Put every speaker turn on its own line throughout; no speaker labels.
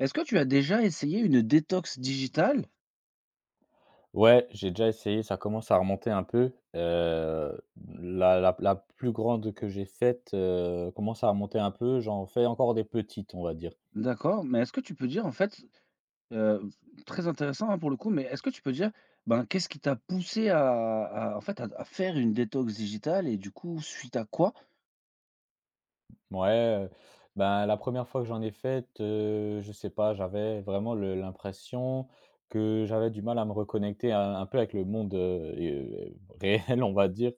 Est-ce que tu as déjà essayé une détox digitale?
Ouais, j'ai déjà essayé, ça commence à remonter un peu. La plus grande que j'ai faite, commence à remonter un peu. J'en fais encore des petites, on va dire.
D'accord, mais est-ce que tu peux dire en fait, heu, très intéressant, hein, pour le coup, mais est-ce que tu peux dire, ben, qu'est-ce qui t'a poussé à en fait, à faire une détox digitale et du coup, suite à quoi?
Ouais, ben, la première fois que j'en ai faite, je sais pas, j'avais vraiment le l'impression que j'avais du mal à me reconnecter un peu avec le monde, réel, on va dire,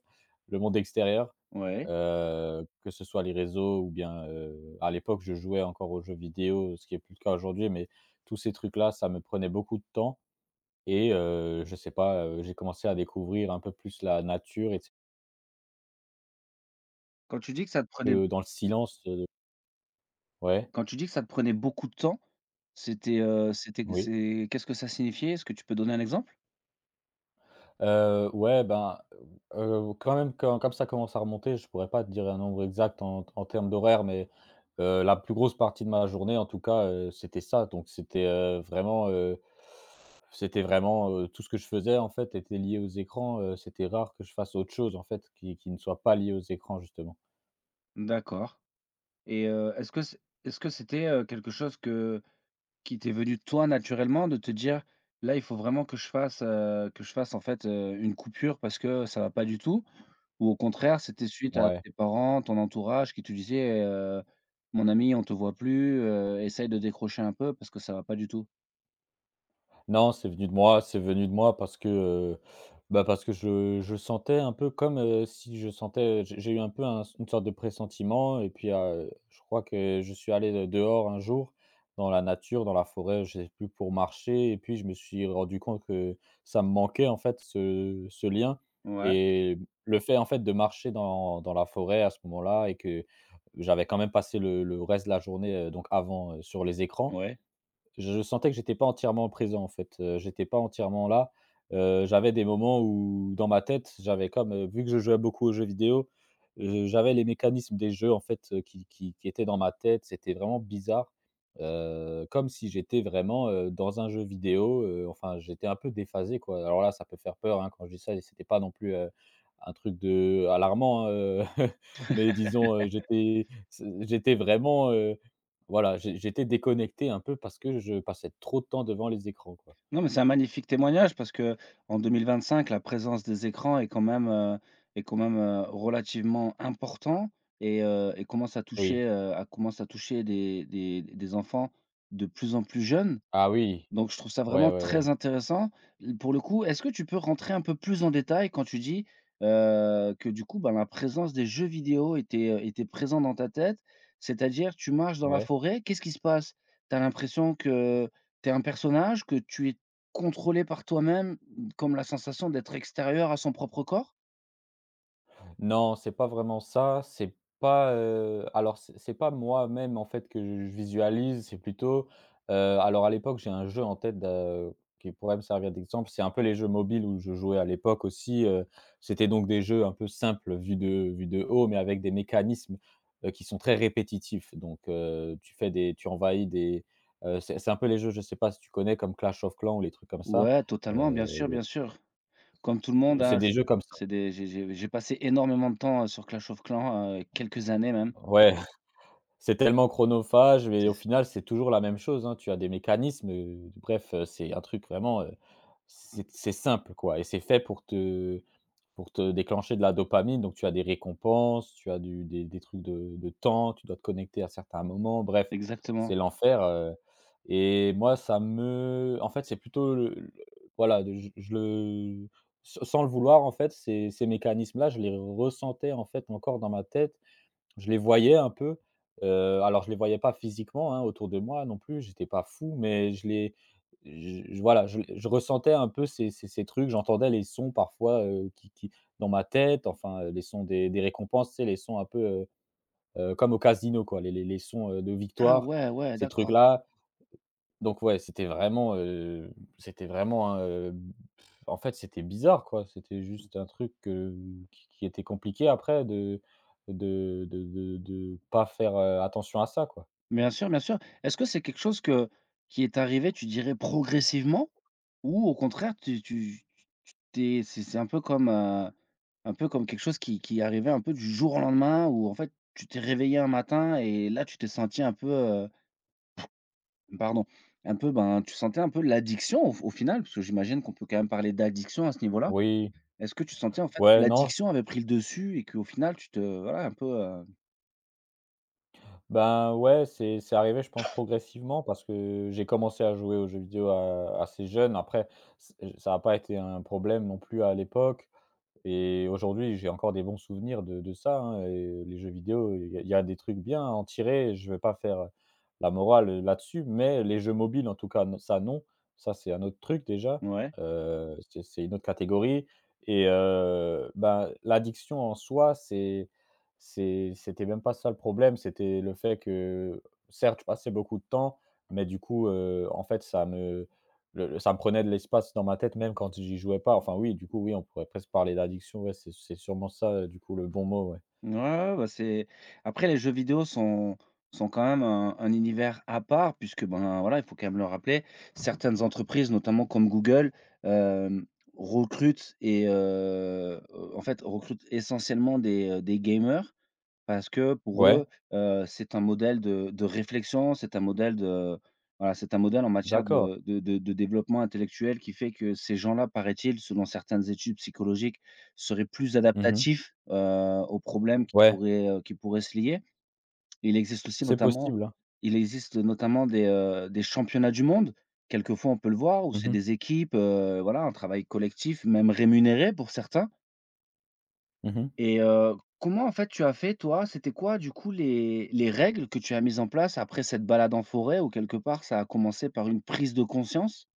le monde extérieur.
Ouais.
Que ce soit les réseaux ou bien, à l'époque, je jouais encore aux jeux vidéo, ce qui est plus le cas aujourd'hui, mais tous ces trucs-là, ça me prenait beaucoup de temps et je sais pas, j'ai commencé à découvrir un peu plus la nature et tu
Quand tu dis que ça te
un
prenait
peu dans le silence, ouais,
Quand tu dis que ça te prenait beaucoup de temps,
oui.
c'est qu'est-ce que ça signifiait? Est-ce que tu peux donner un exemple?
Ouais, ben, quand même, quand comme ça commence à remonter, je pourrais pas te dire un nombre exact en termes d'horaire, mais, la plus grosse partie de ma journée, en tout cas, c'était ça. Donc c'était, c'était vraiment, tout ce que je faisais en fait était lié aux écrans, c'était rare que je fasse autre chose en fait qui ne soit pas lié aux écrans justement.
D'accord et est-ce que c'était, quelque chose que Qui t'est venu, toi, naturellement, de te dire: «Là, il faut vraiment que je fasse, en fait, une coupure parce que ça va pas du tout» ou au contraire, c'était suite à
Ouais.
tes parents, ton entourage qui te disait: «Mon ami, on te voit plus, essaye de décrocher un peu parce que ça va pas du tout»?
Non, c'est venu de moi, c'est venu de moi parce que, bah, parce que je sentais un peu comme, si je sentais j'ai eu un peu un une sorte de pressentiment et puis, je crois que je suis allé, dehors un jour dans la nature, dans la forêt, je sais plus, pour marcher et puis je me suis rendu compte que ça me manquait, en fait, ce lien
Ouais.
et le fait, en fait, de marcher dans la forêt à ce moment-là et que j'avais quand même passé le reste de la journée, donc avant, sur les écrans
Ouais.
je sentais que j'étais pas entièrement présent, en fait, j'étais pas entièrement là. J'avais des moments où dans ma tête, j'avais comme, vu que je jouais beaucoup aux jeux vidéo, j'avais les mécanismes des jeux, en fait, qui étaient dans ma tête. C'était vraiment bizarre, comme si j'étais vraiment, dans un jeu vidéo, enfin, j'étais un peu déphasé, quoi. Alors là, ça peut faire peur, hein, quand je dis ça et c'était pas non plus, un truc de alarmant, mais disons, j'étais c'est j'étais vraiment, voilà, j'étais déconnecté un peu parce que je passais trop de temps devant les écrans, quoi.
Non, mais c'est un magnifique témoignage parce que qu'en 2025, la présence des écrans relativement important et commence à
Oui.
toucher des enfants de plus en plus jeunes.
Ah oui.
Donc je trouve ça
Ouais,
vraiment
ouais, ouais.
très intéressant. L pour le coup, est-ce que tu peux rentrer un peu plus en détail quand tu dis, que du coup, ben, la présence des jeux vidéo était présente dans ta tête? C'est-à-dire, tu marches dans la
Ouais.
forêt, qu'est-ce qui se passe? Tu as l'impression que tu es un personnage, que tu es contrôlé par toi-même, comme la sensation d'être extérieur à son propre corps?
Non, c'est pas vraiment ça, c'est pas, alors c'est pas moi-même en fait que je visualise, c'est plutôt, heu, alors à l'époque j'ai un jeu en tête de qui pourrait me servir d'exemple, c'est un peu les jeux mobiles où je jouais à l'époque aussi, c'était donc des jeux un peu simples vus de haut, mais avec des mécanismes, qui sont très répétitifs donc tu envahis des, c'est un peu les jeux, je sais pas si tu connais comme Clash of Clans ou les trucs comme ça?
Ouais, totalement, bien sûr,
Heu,
bien sûr. Comme tout le monde, mmh hein,
c'est des
mh.
jeux comme ça.
C'est des j'ai passé énormément de temps, sur Clash of Clans, quelques années même.
Ouais. C'est tellement chronophage mais au
C'est
final, c'est toujours la même chose, hein. Tu as des mécanismes, bref, c'est un truc vraiment, c'est simple, quoi et c'est fait pour te déclencher de la dopamine, donc tu as des récompenses, tu as du des des trucs de temps, tu dois te connecter à certains moments, bref,
exactement.
c'est l'enfer, et moi, ça me en fait, c'est plutôt le voilà, de je le sans le vouloir, en fait, ces mécanismes-là, je les ressentais, en fait, encore dans ma tête je les voyais un peu, alors je les voyais pas physiquement, hein, autour de moi non plus, j'étais pas fou, mais je les je voilà, je ressentais un peu ces ces trucs, j'entendais les sons parfois, qui dans ma tête, enfin, les sons des récompenses, tu sais, les sons un peu, comme au casino quoi, les sons, de
Ah
victoire,
ouais, ouais,
ces
d'accord.
trucs-là. Donc ouais, c'était vraiment, hein, en fait, c'était bizarre, quoi. C'était juste un truc, qui était compliqué après de pas faire, attention à ça, quoi.
Bien sûr, bien sûr. Est-ce que c'est quelque chose que qui est arrivé, tu dirais, progressivement? Ou au contraire, tu tu tu t'es c'est un peu comme quelque chose qui arrivait un peu du jour au lendemain où en fait, tu t'es réveillé un matin et là, tu t'es senti un peu, pardon, un peu, ben, tu sentais un peu l'addiction au final? Parce que j'imagine qu'on peut quand même parler d'addiction à ce niveau-là.
Oui,
Est-ce que tu sentais en fait que
ouais, non,
l'addiction avait pris le dessus et qu'au final, tu te voilà un peu,
ben, ouais, c'est arrivé, je pense, progressivement parce que j'ai commencé à jouer aux jeux vidéo a assez jeune. Après, c ça n'a pas été un problème non plus à l'époque. Et aujourd'hui, j'ai encore des bons souvenirs de ça, hein et les jeux vidéo, il y a des trucs bien à en tirer. Je ne vais pas faire, la morale, là-dessus, mais les jeux mobiles, en tout cas, non ça non, ça c'est un autre truc déjà,
ouais?
c'est une autre catégorie et bah, l'addiction en soi, c'est c'était même pas ça le problème, c'était le fait que, certes, je passais beaucoup de temps, mais du coup, en fait, ça me prenait de l'espace dans ma tête même quand j'y jouais pas. Enfin oui, du coup, oui, on pourrait presque parler d'addiction, ouais, c'est sûrement ça, du coup, le bon mot, ouais.
Ouais, ouais, bah, c'est après les jeux vidéo sont quand même un univers à part puisque, ben, voilà, il faut quand même le rappeler, certaines entreprises, notamment comme Google, hem, recrutent en fait, recrutent essentiellement des gamers parce que pour
Ouais,
eux, c'est un modèle de réflexion, c'est un modèle en matière
d'accord.
de développement intellectuel qui fait que ces gens-là, paraît-il, selon certaines études psychologiques, seraient plus
Mmh.
adaptatifs, aux problèmes qui
Ouais,
pourraient, heu, qui pourraient se lier. Il existe aussi
c'est
notamment
possible, hein.
il existe notamment des championnats du monde, quelquefois on peut le voir, où c'est
Mmh mh.
des équipes, voilà, un travail collectif, même rémunéré pour certains.
Mmh.
Et comment en fait tu as fait toi? C'était quoi du coup les règles que tu as mises en place après cette balade en forêt où quelque part ça a commencé par une prise de conscience?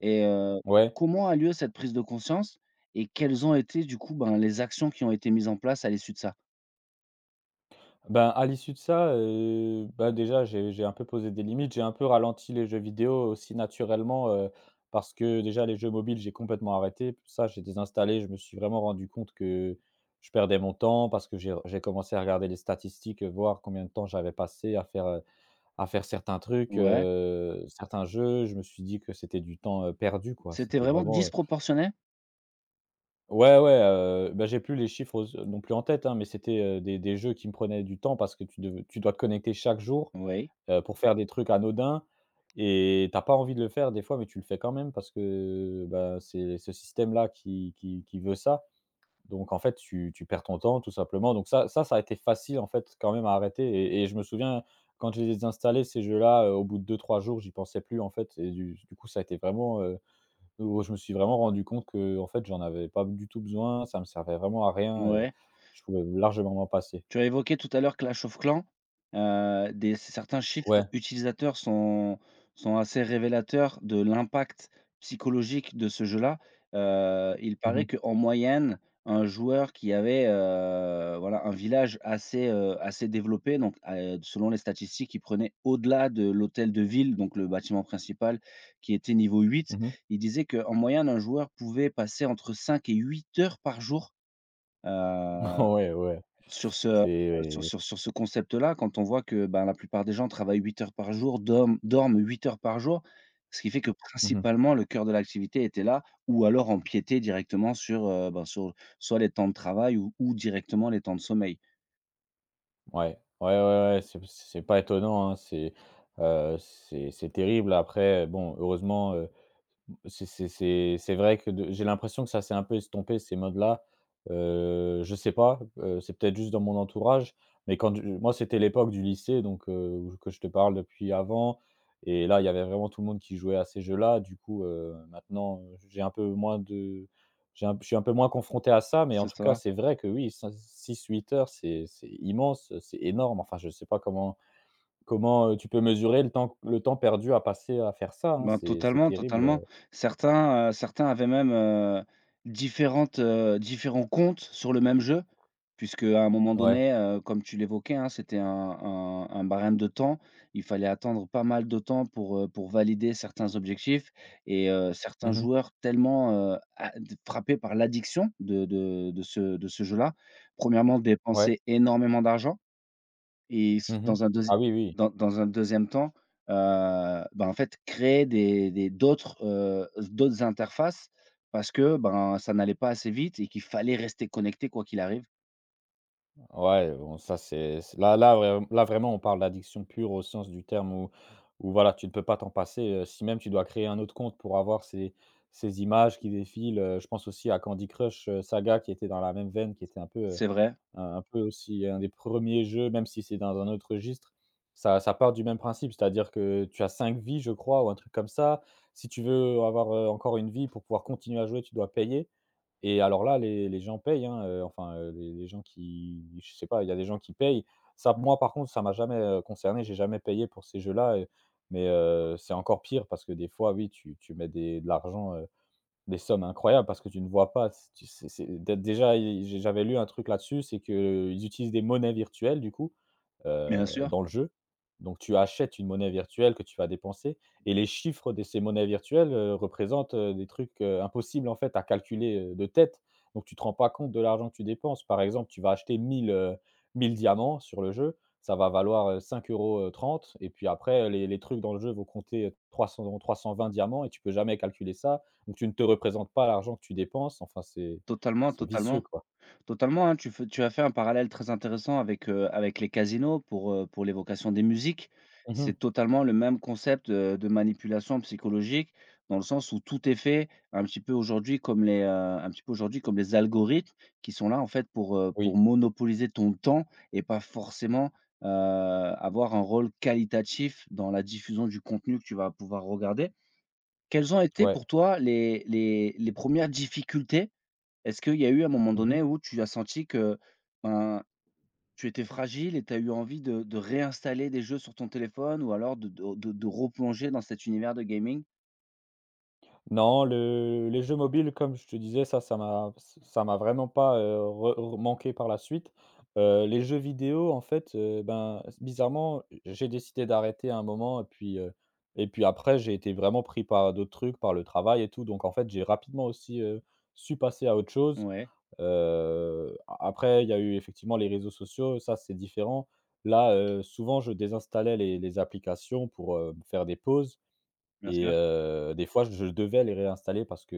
Et
Ouais.
comment a lieu cette prise de conscience? Et quelles ont été du coup, ben, les actions qui ont été mises en place à l'issue de ça?
Ben, à l'issue de ça, bah, déjà, j'ai un peu posé des limites. J'ai un peu ralenti les jeux vidéo aussi naturellement, parce que déjà les jeux mobiles, j'ai complètement arrêté. Ça, j'ai désinstallé, je me suis vraiment rendu compte que je perdais mon temps parce que j'ai commencé à regarder les statistiques, voir combien de temps j'avais passé à faire, à faire certains trucs,
Ouais.
certains jeux, je me suis dit que c'était du temps, perdu, quoi.
C'était
C'était
vraiment
vraiment,
disproportionné?
ouais, ouais, bah, j'ai plus les chiffres aux non plus en tête, hein, mais c'était, des jeux qui me prenaient du temps parce que tu dois te connecter chaque jour,
Oui,
pour faire des trucs anodins et t'as pas envie de le faire des fois, mais tu le fais quand même parce que, bah, c'est ce système-là qui veut ça donc en fait, tu perds ton temps tout simplement. Donc ça a été facile en fait quand même à arrêter et je me souviens quand j'ai désinstallé ces jeux-là, au bout de 2 à 3 jours, j'y pensais plus en fait et du coup ça a été vraiment, où je me suis vraiment rendu compte que en fait j'en avais pas du tout besoin, ça me servait vraiment à rien,
ouais.
je pouvais largement m'en passer.
Tu as évoqué tout à l'heure Clash of Clans, des certains
Ouais.
chiffres utilisateurs sont assez révélateurs de l'impact psychologique de ce jeu-là. Il
Mmh
paraît
mh.
qu'en moyenne, un joueur qui avait, voilà, un village assez développé, donc selon les statistiques, il prenait au-delà de l'hôtel de ville, donc le bâtiment principal qui était niveau huit. Il disait qu'en moyenne, un joueur pouvait passer entre 5 et 8 heures par jour, heu
Ouais, ouais.
sur ce, sur
C'est
sur sur ce concept-là, quand on voit que, ben, la plupart des gens travaillent 8 heures par jour, dorment 8 heures par jour, ce qui fait que
mmh.
principalement le cœur de l'activité était là ou alors empiétait directement sur soit les temps de travail ou directement les temps de sommeil,
Ouais. Ouais, ouais, ouais, c'est pas étonnant, hein, c'est, c'est terrible. Après bon, heureusement, c'est vrai que de j'ai l'impression que ça s'est un peu estompé ces modes-là. Je sais pas, c'est peut-être juste dans mon entourage, mais quand du moi, c'était l'époque du lycée, donc que je te parle depuis avant et là, il y avait vraiment tout le monde qui jouait à ces jeux-là. Du coup, maintenant, j'ai un peu moins de j'ai un je suis un peu moins confronté à ça, mais en
c'est
tout cas,
ça?
c'est vrai que oui, 6 à 8 heures, c'est immense, c'est énorme. Enfin, je sais pas comment tu peux mesurer le temps perdu à passer à faire ça, hein.
Ben,
C'est
totalement, totalement.
terrible,
Certains avaient même, différents comptes sur le même jeu, puisque à un moment
ouais.
donné, comme tu l'évoquais, hein, c'était un barème de temps. Il fallait attendre pas mal de temps pour valider certains objectifs et certains
Mmh mh.
joueurs tellement, a frappés par l'addiction de ce jeu-là, premièrement
Ouais.
dépensaient énormément d'argent. Et
Mmh
s
mh.
dans un deuxi
Ah oui, oui.
dans dans un deuxième temps, ben, en fait, créer d'autres interfaces parce que, ben, ça n'allait pas assez vite et qu'il fallait rester connecté quoi qu'il arrive.
Ouais, bon ça c'est là vraiment on parle d'addiction pure au sens du terme où voilà, tu ne peux pas t'en passer, si même tu dois créer un autre compte pour avoir ces images qui défilent, je pense aussi à Candy Crush, Saga qui était dans la même veine, qui était un peu,
C'est vrai,
un peu aussi un des premiers jeux, même si c'est dans un autre registre, ça part du même principe, c'est-à-dire que tu as 5 vies, je crois, ou un truc comme ça. Si tu veux avoir, encore une vie pour pouvoir continuer à jouer, tu dois payer et alors là, les gens payent, hein, enfin, les gens qui je sais pas, il y a des gens qui payent. Ça, moi, par contre, ça m'a jamais, concerné. J'ai jamais payé pour ces jeux-là, mais c'est encore pire parce que des fois, oui, tu mets des de l'argent, des sommes incroyables parce que tu ne vois pas, c tu c'est dé déjà i j'ai j'avais lu un truc là-dessus. C'est qu'ils utilisent des monnaies virtuelles du coup,
bien sûr,
dans le jeu. Donc tu achètes une monnaie virtuelle que tu vas dépenser et les chiffres de ces monnaies virtuelles, représentent, des trucs, impossibles en fait à calculer, de tête. Donc tu te rends pas compte de l'argent que tu dépenses. Par exemple, tu vas acheter 1000 1000 diamants sur le jeu, ça va valoir, 5 euros 30, et puis après les trucs dans le jeu vont compter, 300, 320 diamants, et tu peux jamais calculer ça. Donc tu ne te représentes pas l'argent que tu dépenses, enfin
totalement,
c'est vicieux
totalement.
quoi.
Totalement, hein, tu as fait un parallèle très intéressant avec les casinos pour l'évocation des musiques.
Mmh mh.
C'est totalement le même concept, de manipulation psychologique, dans le sens où tout est fait un petit peu aujourd'hui comme les, un petit peu aujourd'hui comme les algorithmes qui sont là, en fait, pour
Oui,
monopoliser ton temps et pas forcément, avoir un rôle qualitatif dans la diffusion du contenu que tu vas pouvoir regarder. Quelles ont été
ouais.
pour toi les 1 difficultés est-ce qu'il y a eu un moment
Mmh
donné
mh.
où tu as senti que, ben, tu étais fragile et tu as eu envie de réinstaller des jeux sur ton téléphone ou alors de replonger dans cet univers de gaming?
Non, le les jeux mobiles, comme je te disais, ça ça m'a ç ça m'a vraiment pas, re manqué par la suite. Les jeux vidéo en fait, ben, s bizarrement, j'ai décidé d'arrêter à un moment et puis après j'ai été vraiment pris par d'autres trucs, par le travail et tout, donc en fait j'ai rapidement aussi, su passer à autre chose.
Ouais,
Heu, après, il y a eu effectivement les réseaux sociaux, ça c'est différent. Là, souvent je désinstallais les applications pour, faire des pauses
bien
et
sûr.
des fois je devais les réinstaller parce que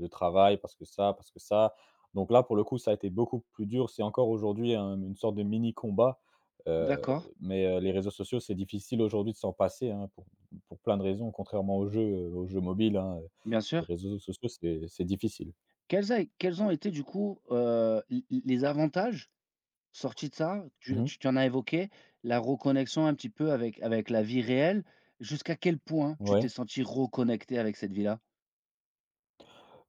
le travail, parce que ça, parce que ça. Donc là, pour le coup, ça a été beaucoup plus dur. C'est encore aujourd'hui un une sorte de mini combat, heu,
D'accord,
mais les réseaux sociaux, c'est difficile aujourd'hui de s'en passer, hein, pour plein de raisons, contrairement aux jeux mobiles, hein,
bien sûr.
les réseaux sociaux, c'est difficile.
Quels ont été du coup, l l les avantages sortis de ça? Tu l'as
Mmh.
tu tu en as évoqué, la reconnexion un petit peu avec la vie réelle. Jusqu'à quel point tu t'es
Ouais.
senti reconnecté avec cette vie-là?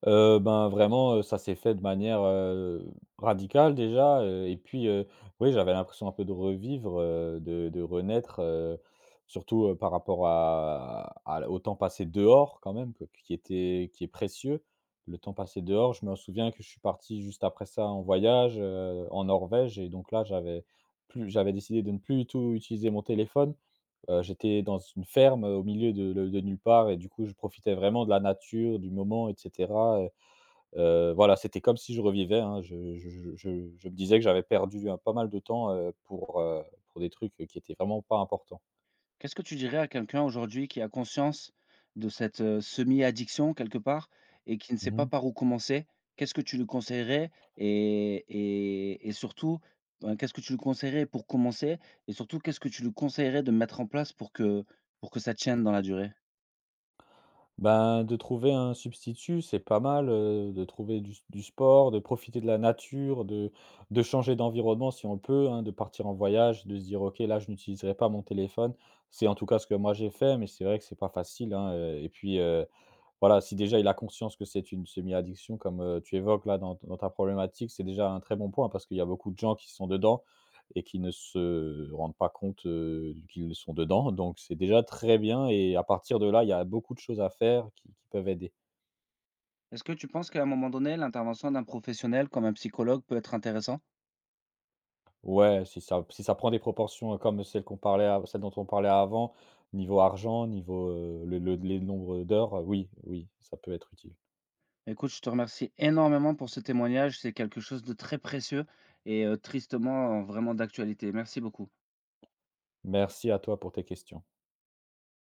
Ben, vraiment, ça s'est fait de manière, radicale déjà, et puis, oui, j'avais l'impression un peu de revivre, de renaître, surtout, par rapport à au temps passé dehors quand même que qui était qui est précieux. Le temps passé dehors, je me souviens que je suis parti juste après ça en voyage, en Norvège, et donc là, j'avais décidé de ne plus du tout utiliser mon téléphone. J'étais dans une ferme, au milieu de nulle part et du coup, je profitais vraiment de la nature, du moment, et cetera. Voilà, c'était comme si je revivais, hein. Je me disais que j'avais perdu, pas mal de temps, pour des trucs qui étaient vraiment pas importants.
Qu'est-ce que tu dirais à quelqu'un aujourd'hui qui a conscience de cette, semi-addiction quelque part et qui ne sait pas
Mmh.
par où commencer? Qu'est-ce que tu lui conseillerais et surtout, ben, qu'est-ce que tu lui conseillerais pour commencer? Et surtout, qu'est-ce que tu lui conseillerais de mettre en place pour que ça tienne dans la durée?
Ben, de trouver un substitut, c'est pas mal, de trouver du sport, de profiter de la nature, de changer d'environnement si on peut, hein, de partir en voyage, de se dire: «OK, là, je n'utiliserai pas mon téléphone». C'est en tout cas ce que moi j'ai fait, mais c'est vrai que c'est pas facile, hein, et puis, voilà, si déjà il a conscience que c'est une semi-addiction comme, tu évoques là dans dans ta problématique, c'est déjà un très bon point, parce qu'il y a beaucoup de gens qui sont dedans et qui ne se rendent pas compte, qu'ils sont dedans. Donc c'est déjà très bien, et à partir de là, il y a beaucoup de choses à faire qui peuvent aider.
Est-ce que tu penses qu'à un moment donné, l'intervention d'un professionnel comme un psychologue peut être intéressant?
Ouais, si ça prend des proportions comme celles dont on parlait avant, niveau argent, niveau, le les nombres d'heures, oui, oui, ça peut être utile.
Écoute, je te remercie énormément pour ce témoignage, c'est quelque chose de très précieux et tristement, vraiment d'actualité. Merci beaucoup.
Merci à toi pour tes questions.